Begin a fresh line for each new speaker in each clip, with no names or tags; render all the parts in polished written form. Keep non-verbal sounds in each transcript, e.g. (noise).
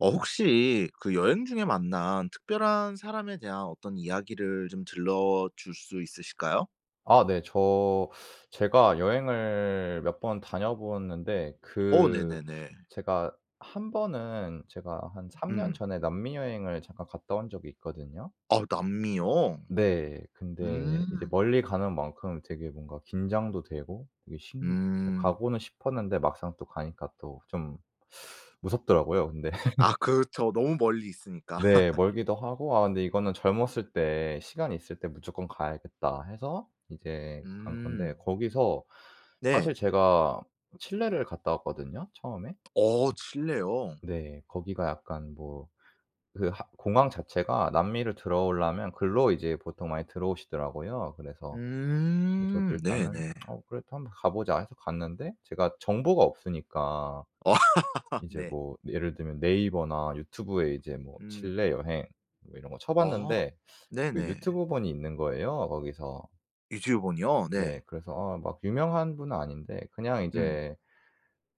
어 혹시 그 여행 중에 만난 특별한 사람에 대한 어떤 이야기를 좀 들려줄 수 있으실까요?
아 네. 제가 여행을 몇 번 다녀보았는데
어 네네네.
제가 한 번은 제가 한 3년
음.
전에 남미 여행을 잠깐 갔다 온 적이 있거든요.
아 남미요?
네. 근데 이제
음.
멀리 가는 만큼 되게 뭔가 긴장도 되고 되게 신
음.
가고는 싶었는데 막상 또 가니까 또 좀 무섭더라고요 근데.
아 그렇죠. 너무 멀리 있으니까.
네.
(laughs)
멀기도 하고 '아 근데 이거는 젊었을 때 시간이 있을 때 무조건 가야겠다.' 해서 이제 간 건데
음.
거기서
네.
사실 제가 칠레를 갔다 왔거든요 처음에.
어 칠레요?
네. 거기가 약간 뭐 그 하 공항 자체가 남미를 들어오려면 글로 이제 보통 많이 들어오시더라고요. 그래서 뭐 저도
음.
일단은
네네.
'어 그래도 한번 가 보자.' 해서 갔는데 제가 정보가 없으니까
아 (laughs)
이제
네.
뭐 예를 들면 네이버나 유튜브에 이제 뭐
음.
칠레 여행 뭐 이런 거 쳐
아
봤는데 그
네네.
유튜브본이 있는 거예요 거기서.
이지우본이요?
네.
네.
그래서 아 막 유명한 분은 아닌데 그냥
음.
이제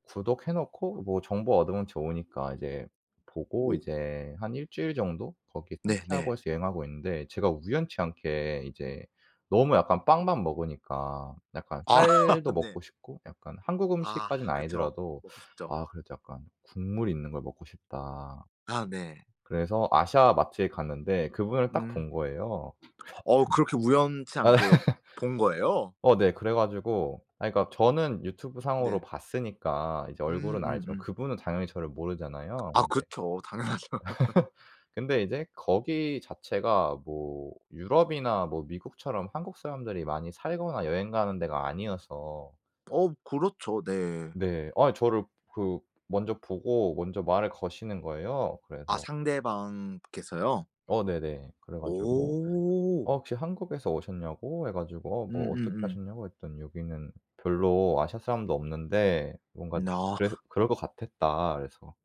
구독해 놓고 뭐 정보 얻으면 좋으니까 이제 보고
오.
이제 한 일 주일 정도 거기
네네.
산티아고에서 여행하고 있는데 제가 우연치 않게 이제 너무 약간 빵만 먹으니까 약간
아
쌀도
(laughs) 네.
먹고 싶고 약간 한국
아
음식까지는
그쵸.
아니더라도
먹고 싶죠.
'아 그래도 약간 국물이 있는 걸 먹고 싶다.'
아 네.
그래서 아시아 마트에 갔는데 그분을 딱
음.
본 거예요.
어 그렇게 우연치 않게 본 거예요?
어 네. 그래 가지고 아니 그러니까 저는 유튜브 상으로
네.
봤으니까 이제 얼굴은 알지만
음음음.
그분은 당연히 저를 모르잖아요.
아
근데
그쵸. 당연하죠. (laughs)
근데 이제 거기 자체가 뭐 유럽이나 뭐 미국처럼 한국 사람들이 많이 살거나 여행 가는 데가 아니어서
어 그렇죠. 네.
네. 아 저를 그 먼저 보고 먼저 말을 거시는 거예요.
아
그래서
상대방께서요?
어 네네. 그래 가지고
오.
어 혹시 한국에서 오셨냐고 해 가지고 어 뭐 어떻게
음음음.
하셨냐고 했더니 "여기는 별로 아시아 사람도 없는데 뭔가
아.
그래 그럴 것 같았다." 그래서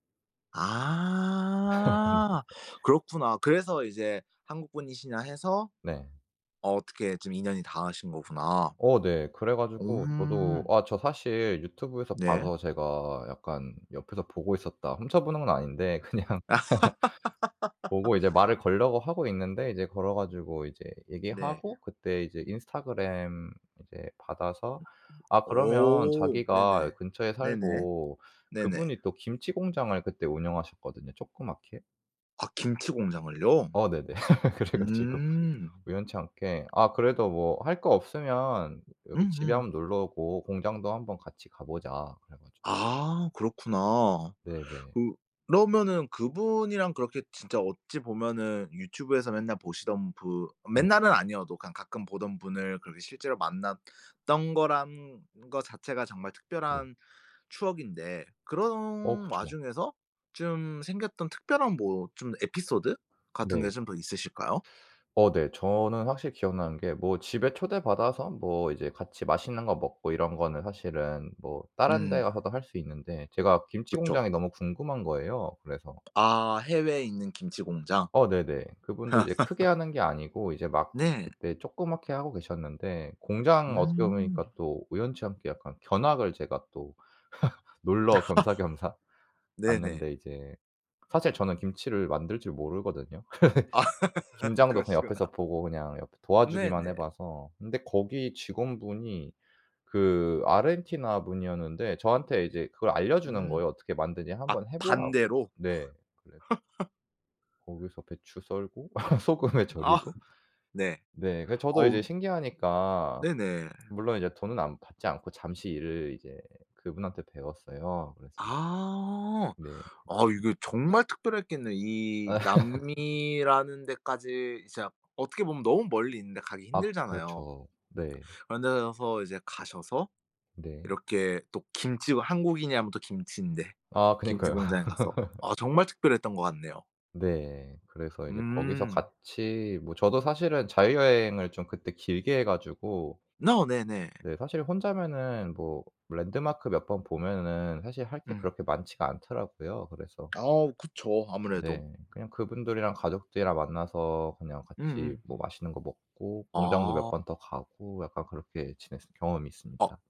(laughs) 네.
아. 그렇구나. 그래서 이제 한국 분이시냐 해서
네.
어 어떻게 좀 인연이 닿으신 거구나.
어 네. 그래 가지고 저도
음.
아 저 사실 유튜브에서
네.
봐서 제가 약간 옆에서 보고 있었다 훔쳐보는 건 아닌데 그냥 보고 이제 말을 걸려고 하고 있는데 이제 걸어 가지고 이제
네.
얘기하고 그때 이제 인스타그램 이제 받아서 아 그러면
오. 네네.
자기가 근처에
네네.
살고
네네.
그분이 또 김치 공장을 그때 운영하셨거든요, 조그맣게.
아 김치 공장을요?
어 네네. (laughs) 그래 가지고
음.
우연치 않게 "아 그래도 뭐 할 거 없으면 여기 집에
음음.
한번 놀러 오고 공장도 한번 같이 가 보자." 그래 가지고
아 그렇구나.
네네.
그 그러면은 그분이랑 그렇게 진짜 어찌 보면은 유튜브에서 맨날 보시던 분,
네.
맨날은 아니어도 그냥 가끔 보던 분을 그렇게 실제로 만났던 거란 거 자체가 정말
네.
특별한 추억인데,
어
그런
그쵸.
와중에서 좀 생겼던 특별한 뭐 좀 에피소드 같은 게
네.
좀 더 있으실까요?
어 네. 저는 확실히 기억나는 게 뭐 집에 초대받아서 뭐 이제 같이 맛있는 거 먹고 이런 거는 사실은 뭐 다른
음.
데 가서도 할 수 있는데 제가 김치
그쵸.
공장이 너무 궁금한 거예요. 그래서
아 해외에 있는 김치 공장.
어 네네. 그분도 이제 크게 하는 게 아니고 이제 막
네.
그때 조그맣게 하고 계셨는데 공장 어떻게
음.
보니까 또 우연치 않게 약간 견학을 제가 또 놀러
(laughs)
겸사겸사
네네.
갔는데 이제 사실 저는 김치를 만들 줄 모르거든요.
아 (laughs)
김장도 그냥
그러시구나.
옆에서 보고 그냥 옆에 도와주기만 해
네네.
봐서. 근데 거기 직원분이 그 아르헨티나 분이었는데 저한테 이제 그걸 알려주는
음.
거예요. 어떻게 만드냐
아
한번 해 보라고.
반대로?
네. 그래서 거기서 배추 썰고 (laughs) 소금에
아
절이고
네.
네. 그래서 저도 이제
어우.
신기하니까
네네.
물론 이제 돈은 안 받지 않고 잠시 일을 이제 그분한테 배웠어요. 그래서
아.
네.
아 이게 정말 특별했겠네. 이 남미라는 데까지 이제 어떻게 보면 너무 멀리 있는데 가기
아
힘들잖아요.
그렇죠. 네.
그런 데서 이제 가셔서
네.
이렇게 또 김치, 한국인이 하면 또 김치인데
아
김치
그니까요.
공장에 가서, 아 정말 특별했던 것 같네요.
네. 그래서 이제 거기서
음.
같이 뭐 저도 사실은 자유여행을 좀 그때 길게 해 가지고
어 네네.
네 사실 혼자면은 뭐 랜드마크 몇 번 보면은 사실 할 게
음.
그렇게 많지가 않더라고요. 그래서
아 그쵸. 아무래도.
네 그냥 그분들이랑 가족들이랑 만나서 그냥 같이
음음.
뭐 맛있는 거 먹고 공장도 몇
아.
번 더 가고 약간 그렇게 지냈을 경험이
어
있습니다.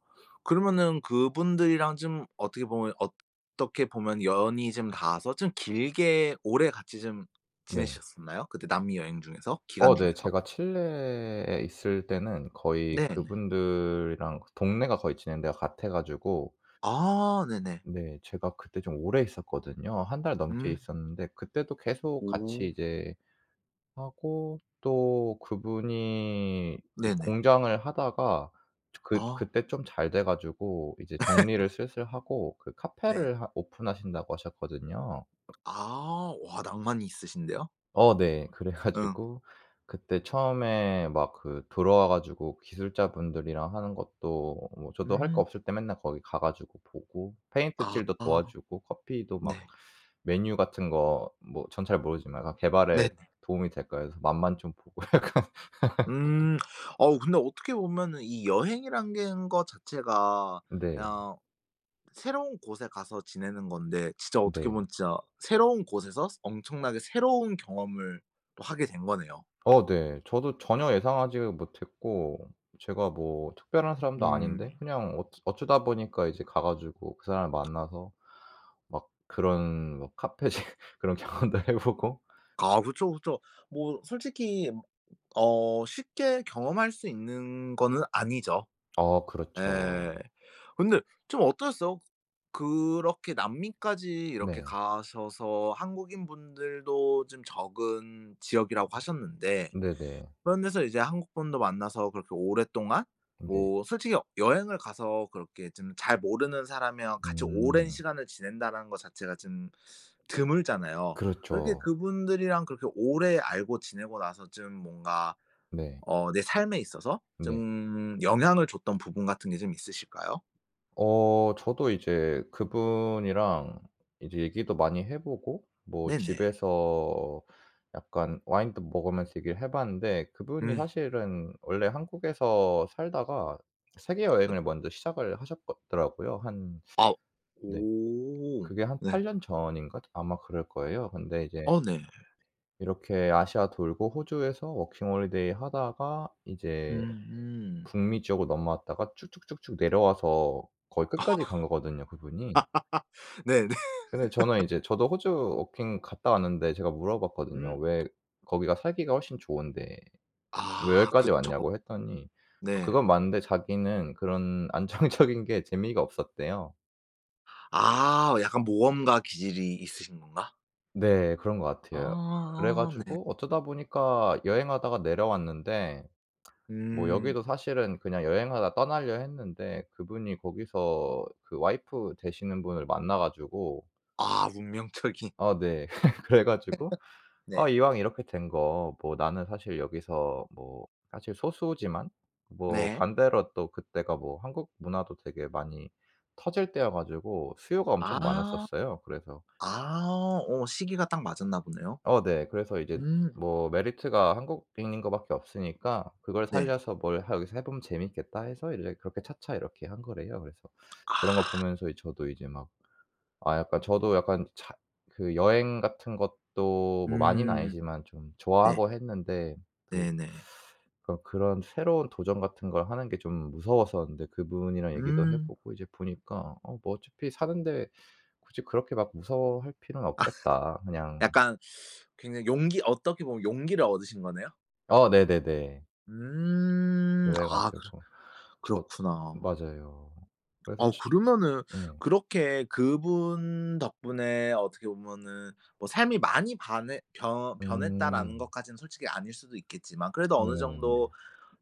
그러면은 그분들이랑 좀 어떻게 보면, 어떻게 보면 연이 좀 닿아서 좀 길게 오래 같이 좀
네.
지내셨었나요? 그때 남미 여행 중에서, 기간
어 네.
중에서?
제가 칠레에 있을 때는 거의
네네. 네.
그분들이랑 동네가 거의 지낸 데가 같아 가지고
아 네네.
네. 제가 그때 좀 오래 있었거든요. 한 달 넘게
음.
있었는데 그때도 계속 같이
오.
이제 하고 또 그분이 그
네네.
공장을 하다가 그
아
그때 좀 잘 돼 가지고 이제 정리를 슬슬 하고 그
네.
카페를 하 오픈하신다고 하셨거든요.
아 와, 낭만이 있으신데요?
어 네. 그래
응.
가지고 그때 처음에 막 그 들어와 가지고 기술자분들이랑 하는 것도 뭐 저도 할 거
음.
없을 때 맨날 거기 가 가지고 보고 페인트 칠도
아
도와주고 커피도
네.
막 메뉴 같은 거 뭐 전 잘 모르지만 약간 개발에
네네.
도움이 될까 해서 맛만 좀 보고 (laughs) 약간
음. 어우 근데 어떻게 보면은 이 여행이란 게 는 거 자체가
네.
그냥 새로운 곳에 가서 지내는 건데, 진짜 어떻게
네.
보면 진짜 새로운 곳에서 엄청나게 새로운 경험을 또 하게 된 거네요.
어 네. 저도 전혀 예상하지 못했고 제가 뭐 특별한 사람도
음.
아닌데 그냥 어쩌다 보니까 이제 가 가지고 그 사람을 만나서 막 그런 뭐 카페 (laughs) 그런 경험도 해 보고
아 그쵸, 그쵸. 뭐 솔직히 어 쉽게 경험할 수 있는 거는 아니죠.
어
예.
그렇죠.
근데 좀 어떠셨어요? 그렇게 남미까지 이렇게
네.
가셔서 한국인분들도 좀 적은 지역이라고 하셨는데,
네네.
그런 데서 이제 한국 분도 만나서 그렇게 오랫동안,
네.
뭐 솔직히 여행을 가서 그렇게 좀 잘 모르는 사람이랑 같이 오랜
음.
시간을 지낸다는 것 자체가 좀 드물잖아요. 그렇게
그렇죠.
그분들이랑 그렇게 오래 알고 지내고 나서 좀 뭔가
네.
어 내 삶에 있어서
네.
좀 영향을 줬던 부분 같은 게 좀 있으실까요?
어 저도 이제 그분이랑 이제 얘기도 많이 해 보고 뭐
네네.
집에서 약간 와인도 먹으면서 얘기를 해 봤는데 그분이
음.
사실은 원래 한국에서 살다가 세계 여행을 먼저 시작을 하셨 더라고요. 한
아.
네.
오.
그게 한
네.
8년 전인가 아마 그럴 거예요. 근데 이제
어 네.
이렇게 아시아 돌고 호주에서 워킹 홀리데이 하다가 이제
음음.
북미 지역으로 넘어왔다가 쭉쭉쭉쭉 내려와서 거의 끝까지 간 거거든요 그분이.
네네.
근데 저는 이제 저도 호주 워킹 갔다 왔는데 제가 물어봤거든요.
음.
왜 거기가 살기가 훨씬 좋은데 왜
아
여기까지
그쵸.
왔냐고 했더니
네.
그건 맞는데 자기는 그런 (laughs) 안정적인 게 재미가 없었대요.
아 약간 모험가 기질이 있으신 건가?
네 그런 것 같아요. 그래
아 네.
가지고 어쩌다 보니까 여행하다가 내려왔는데 뭐
음.
여기도 사실은 그냥 여행하다 떠나려 했는데 그분이 거기서 그 와이프 되시는 분을 만나 가지고
아 운명적인.
아 네. (laughs) 그래 가지고
네.
"아 이왕 이렇게 된거 뭐 나는 사실 여기서 뭐 사실 소수지만 뭐
네.
반대로 또 그때가 뭐 한국 문화도 되게 많이 터질 때여 가지고 수요가 엄청
아.
많았었어요." 그래서
아 어 시기가 딱 맞았나 보네요.
어 네. 그래서 이제
음.
뭐 메리트가 한국인인 거 밖에 없으니까 그걸
네.
살려서 '뭘 하 여기서 해 보면 재밌겠다.' 해서 이제 그렇게 차차 이렇게 한 거래요. 그래서 그런
아.
거 보면서 이 저도 이제 막 아 약간 저도 약간 차 그 여행 같은 것도 뭐 많이는
음.
아니지만 좀
네.
좋아하고 했는데 또
네네.
그런 새로운 도전 같은 걸 하는 게 좀 무서웠었는데 그분이랑 얘기도 해
음.
보고 이제 보니까 '어 뭐 어차피 사는데 굳이 그렇게 막 무서워할 필요는
아
없겠다.' 그냥
약간 굉장히 용기, 어떻게 보면 용기를 얻으신 거네요?
어 네네네.
음.
그래
아 그렇
가지고 저
그렇구나.
맞아요. 그래서
아
치
그러면은
네.
그렇게 그분 덕분에 어떻게 보면은 뭐 '삶이 많이 반해 변 변했다.'라는
음.
것까지는 솔직히 아닐 수도 있겠지만 그래도 어느
네네네네.
정도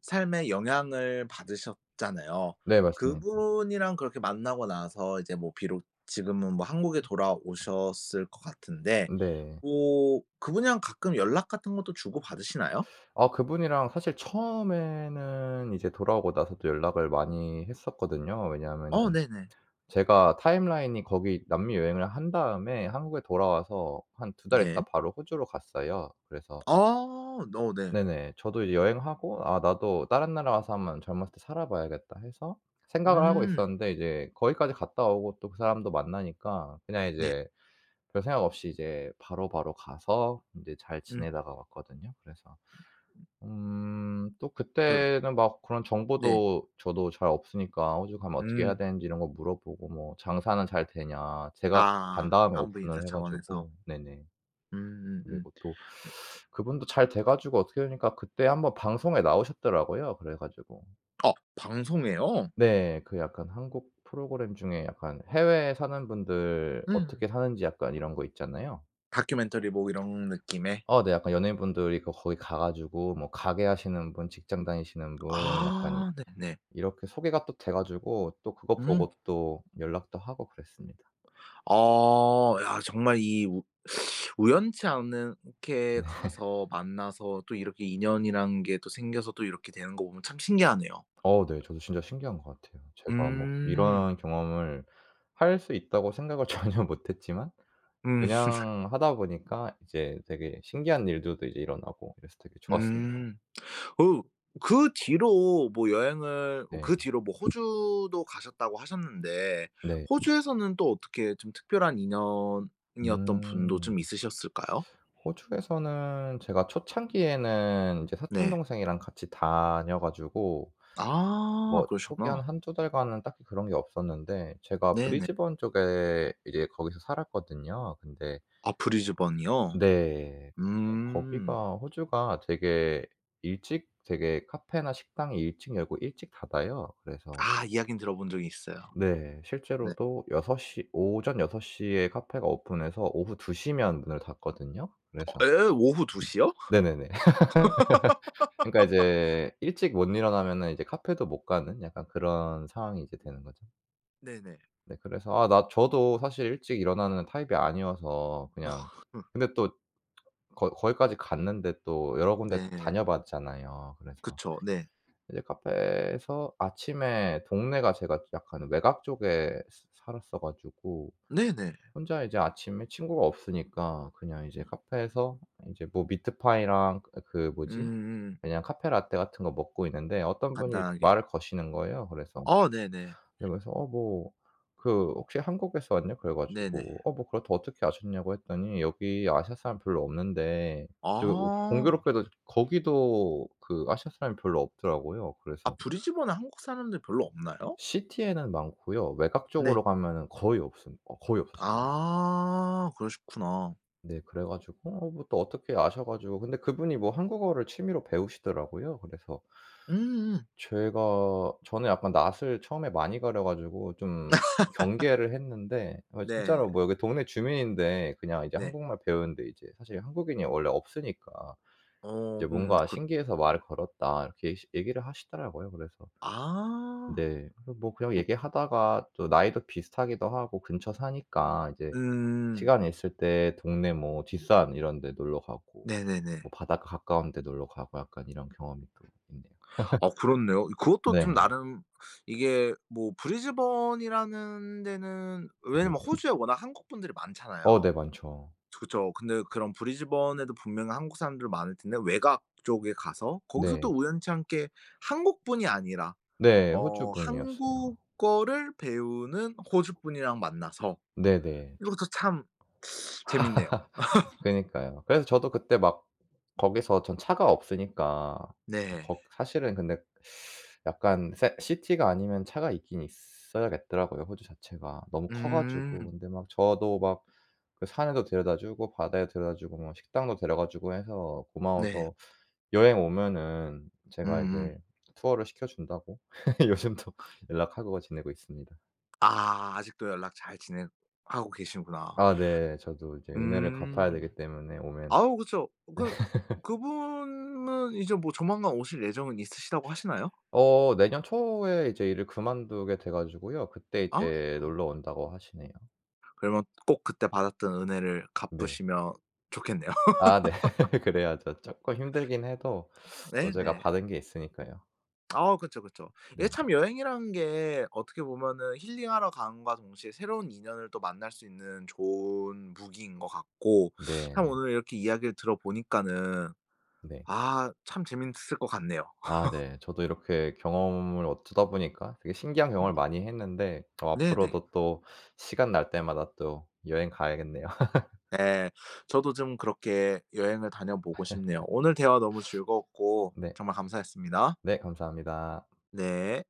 삶에 영향을 받으셨잖아요.
네 맞습니다.
그분이랑 그렇게 만나고 나서 이제 뭐 비록 지금은 뭐 한국에 돌아오셨을 것 같은데,
네.
뭐 그분이랑 가끔 연락 같은 것도 주고받으시나요?
아 그분이랑 사실 처음에는 이제 돌아오고 나서도 연락을 많이 했었거든요. 왜냐하면은
어 네네.
제가 타임라인이 거기 남미 여행을 한 다음에 한국에 돌아와서 한 두 달 있다
네.
바로 호주로 갔어요. 그래서
아. 어 네.
네네. 저도 이제 여행하고 '아 나도 다른 나라 가서 한번 젊었을 때 살아 봐야겠다.' 해서 생각을 하고
음.
있었는데 이제 거기까지 갔다 오고 또 그 사람도 만나니까 그냥
네.
이제 별 생각 없이 이제 바로바로 가서 인제 잘
음.
지내다가 왔거든요. 그래서 음 또
별로.
그때는 막 그런
네.
정보도 저도 잘 없으니까 호주 가면 어떻게 해야
음.
되는지 이런 거 물어보고 뭐 장사는 잘 되냐 제가 간
아.
다음에
안부 인사
오픈을 해
차원에서.
가지고 네네.
음음음.
그리고 또 그분도 잘 돼 가지고 어떻게 되니까 그때 한번 방송에 나오셨더라고요. 그래 가지고
어 방송에요?
네. 그 약간 한국 프로그램 중에 약간 해외에 사는 분들
음.
어떻게 사는지 약간 이런 거 있잖아요.
다큐멘터리 뭐 이런 느낌의?
어 네. 약간 연예인분들이 거 거기 가 가지고 뭐 가게 하시는 분, 직장 다니시는 분 약간 이
아 네네.
이렇게 소개가 또 돼 가지고 또 그거
음.
보고 또 연락도 하고 그랬습니다.
아 야 정말 이 우 우연치 않게
네.
가서 만나서 또 이렇게 인연이란 게 또 생겨서 또 이렇게 되는 거 보면 참 신기하네요.
어 네. 저도 진짜 신기한 것 같아요. 제가 뭐
음.
이런 경험을 할 수 있다고 생각을 (laughs) 전혀 못 했지만
음.
그냥 하다 보니까 이제 되게 신기한 일들도 이제 일어나고 이래서 되게 좋았습니다.
음. 그 그 뒤로 뭐 여행을 어
네.
그 뒤로 뭐 호주도 가셨다고 하셨는데
네.
호주에서는 또 어떻게 좀 특별한 인연이었던 분도
음.
좀 있으셨을까요?
호주에서는 제가 초창기에는 이제 사촌
네.
동생이랑 같이 다녀 가지고
아
뭐 초기 한
그러시구나.
한두 달간은 딱히 그런 게 없었는데 제가
네네.
브리즈번 쪽에 이제 거기서 살았거든요. 근데
아 브리즈번이요?
네.
음.
거기가 호주가 되게 일찍 되게 카페나 식당이 일찍 열고 일찍 닫아요. 그래서
아 이야기는 들어본 적이 있어요.
네.
네.
실제로도 여섯 시 오전 6 시에 카페가 오픈해서 오후 2 시면 문을 닫거든요.
어
그래서
예? 오후 2 시요?
네네네. (laughs) 그러니까 이제 일찍 못 일어나면은 이제 카페도 못 가는 약간 그런 상황이 이제 되는 거죠.
네네.
네 그래서 아 나 저도 사실 일찍 일어나는 타입이 아니어서 그냥 근데
(laughs)
또 거 거기까지 갔는데 또 여러 군데
네.
다녀 봤잖아요. 그래서
그쵸. 네.
이제 카페에서 아침에 동네가 제가 약간 외곽 쪽에 스 살았어 가지고
네네.
혼자 이제 아침에 친구가 없으니까 그냥 이제 카페에서 이제 뭐 미트파이랑 뭐지?
음음.
그냥 카페 라떼 같은 거 먹고 있는데 어떤 분이
간단하게.
말을 거시는 거예요. 그래서
어 네네.
네 그래서 "어 뭐 그 혹시 한국에서 왔냐?" 그래
네네.
가지고 "어 뭐 그렇다. 어떻게 아셨냐."고 했더니 "여기 아시아 사람 별로 없는데" 제가
아.
공교롭게도 거기도 그 아시아 사람이 별로 없더라고요.
아
그래서
브리즈번에 한국 사람들 별로 없나요?
시티에는 많고요. 외곽
네.
쪽으로 가면은 거의 없음 어 거의 없었어요.
아 그러시구나.
네. 그래 가지고 어 뭐또 어떻게 아셔 가지고 근데 그분이 뭐 한국어를 취미로 배우시더라고요. 그래서
음음.
제가 저는 약간 낯을 처음에 많이 가려 가지고 좀 경계를 했는데 어
네.
진짜로 뭐 여기 동네 주민인데 그냥 이제
네.
한국말 배우는데 이제 사실 한국인이 원래 없으니까
어
이제 뭔가
그.
"신기해서 말을 걸었다." 이렇게 얘 얘기를 하시더라고요. 그래서
아.
네. 그래서 뭐 그냥 얘기하다가 또 나이도 비슷하기도 하고 근처 사니까 이제
음.
시간 있을 때 동네 뭐 뒷산 이런 데 놀러 가고
네네네.
뭐 바닷가 가까운 데 놀러 가고 약간 이런 경험이 또 있네요.
아 그렇네요. 그것도 좀
네.
나름, 이게 뭐 브리즈번이라는 데는
네.
왜냐면 호주에 워낙 한국 분들이
어 네
많잖아요.
많죠.
그쵸. 근데 그런 브리즈번에도 분명히 한국 사람들 많을 텐데 외곽 쪽에 가서 거기서 또
네.
우연치 않게 한국분이 아니라
네 호주
어
분이었어요.
한국어를 배우는 호주 분이랑 만나서
네네.
이것도 참 재밌네요.
그니까요. 그래서 저도 그때 막 거기서 전 차가 없으니까
네.
거 사실은 근데 약간 세 시티가 아니면 차가 있긴 있어야겠더라고요 호주 자체가. 너무 커 가지고.
음.
근데 막 저도 막 그 산에도 데려다 주고 바다에 데려다 주고 뭐 식당도 데려가 주고 해서
네.
고마워서 여행 오면은 제가
음음.
이제 투어를 시켜 준다고 (laughs) 요즘도 연락하고 지내고 있습니다.
아 아직도 연락 잘 지내 하고 계시는구나.
아 네. 저도 이제 은혜를 갚아야
음.
되기 때문에 오면
아우 그쵸. 그 그분은 이제 뭐 조만간 오실 예정은 있으시다고 하시나요?
어 내년 초에 이제 일을 그만두게 돼 가지고요. 그때
아
이제 놀러 온다고 하시네요.
그러면 꼭 그때 받았던 은혜를
네.
갚으시면 좋겠네요. (laughs)
아 네. (laughs) 그래야죠. 쪼끔 힘들긴 해도 또 제가
네네.
받은 게 있으니까요.
아 그쵸, 그쵸. 이게
네네.
참 여행이라는 게 어떻게 보면은 힐링하러 간과 동시에 새로운 인연을 또 만날 수 있는 좋은 무기인 것 같고, 참
네.
오늘 이렇게 이야기를 들어보니까는
네.
아 참 재밌을 것 같네요.
아 네. 저도 이렇게 경험을 어쩌다 보니까 되게 신기한
음.
경험을 많이 했는데 어
네네.
앞으로도 또 시간 날 때마다 또 여행 가야겠네요. (laughs)
예. 저도 좀 그렇게 여행을 다녀보고 싶네요. 오늘 대화 너무 즐거웠고
네.
정말 감사했습니다.
네 감사합니다.
네.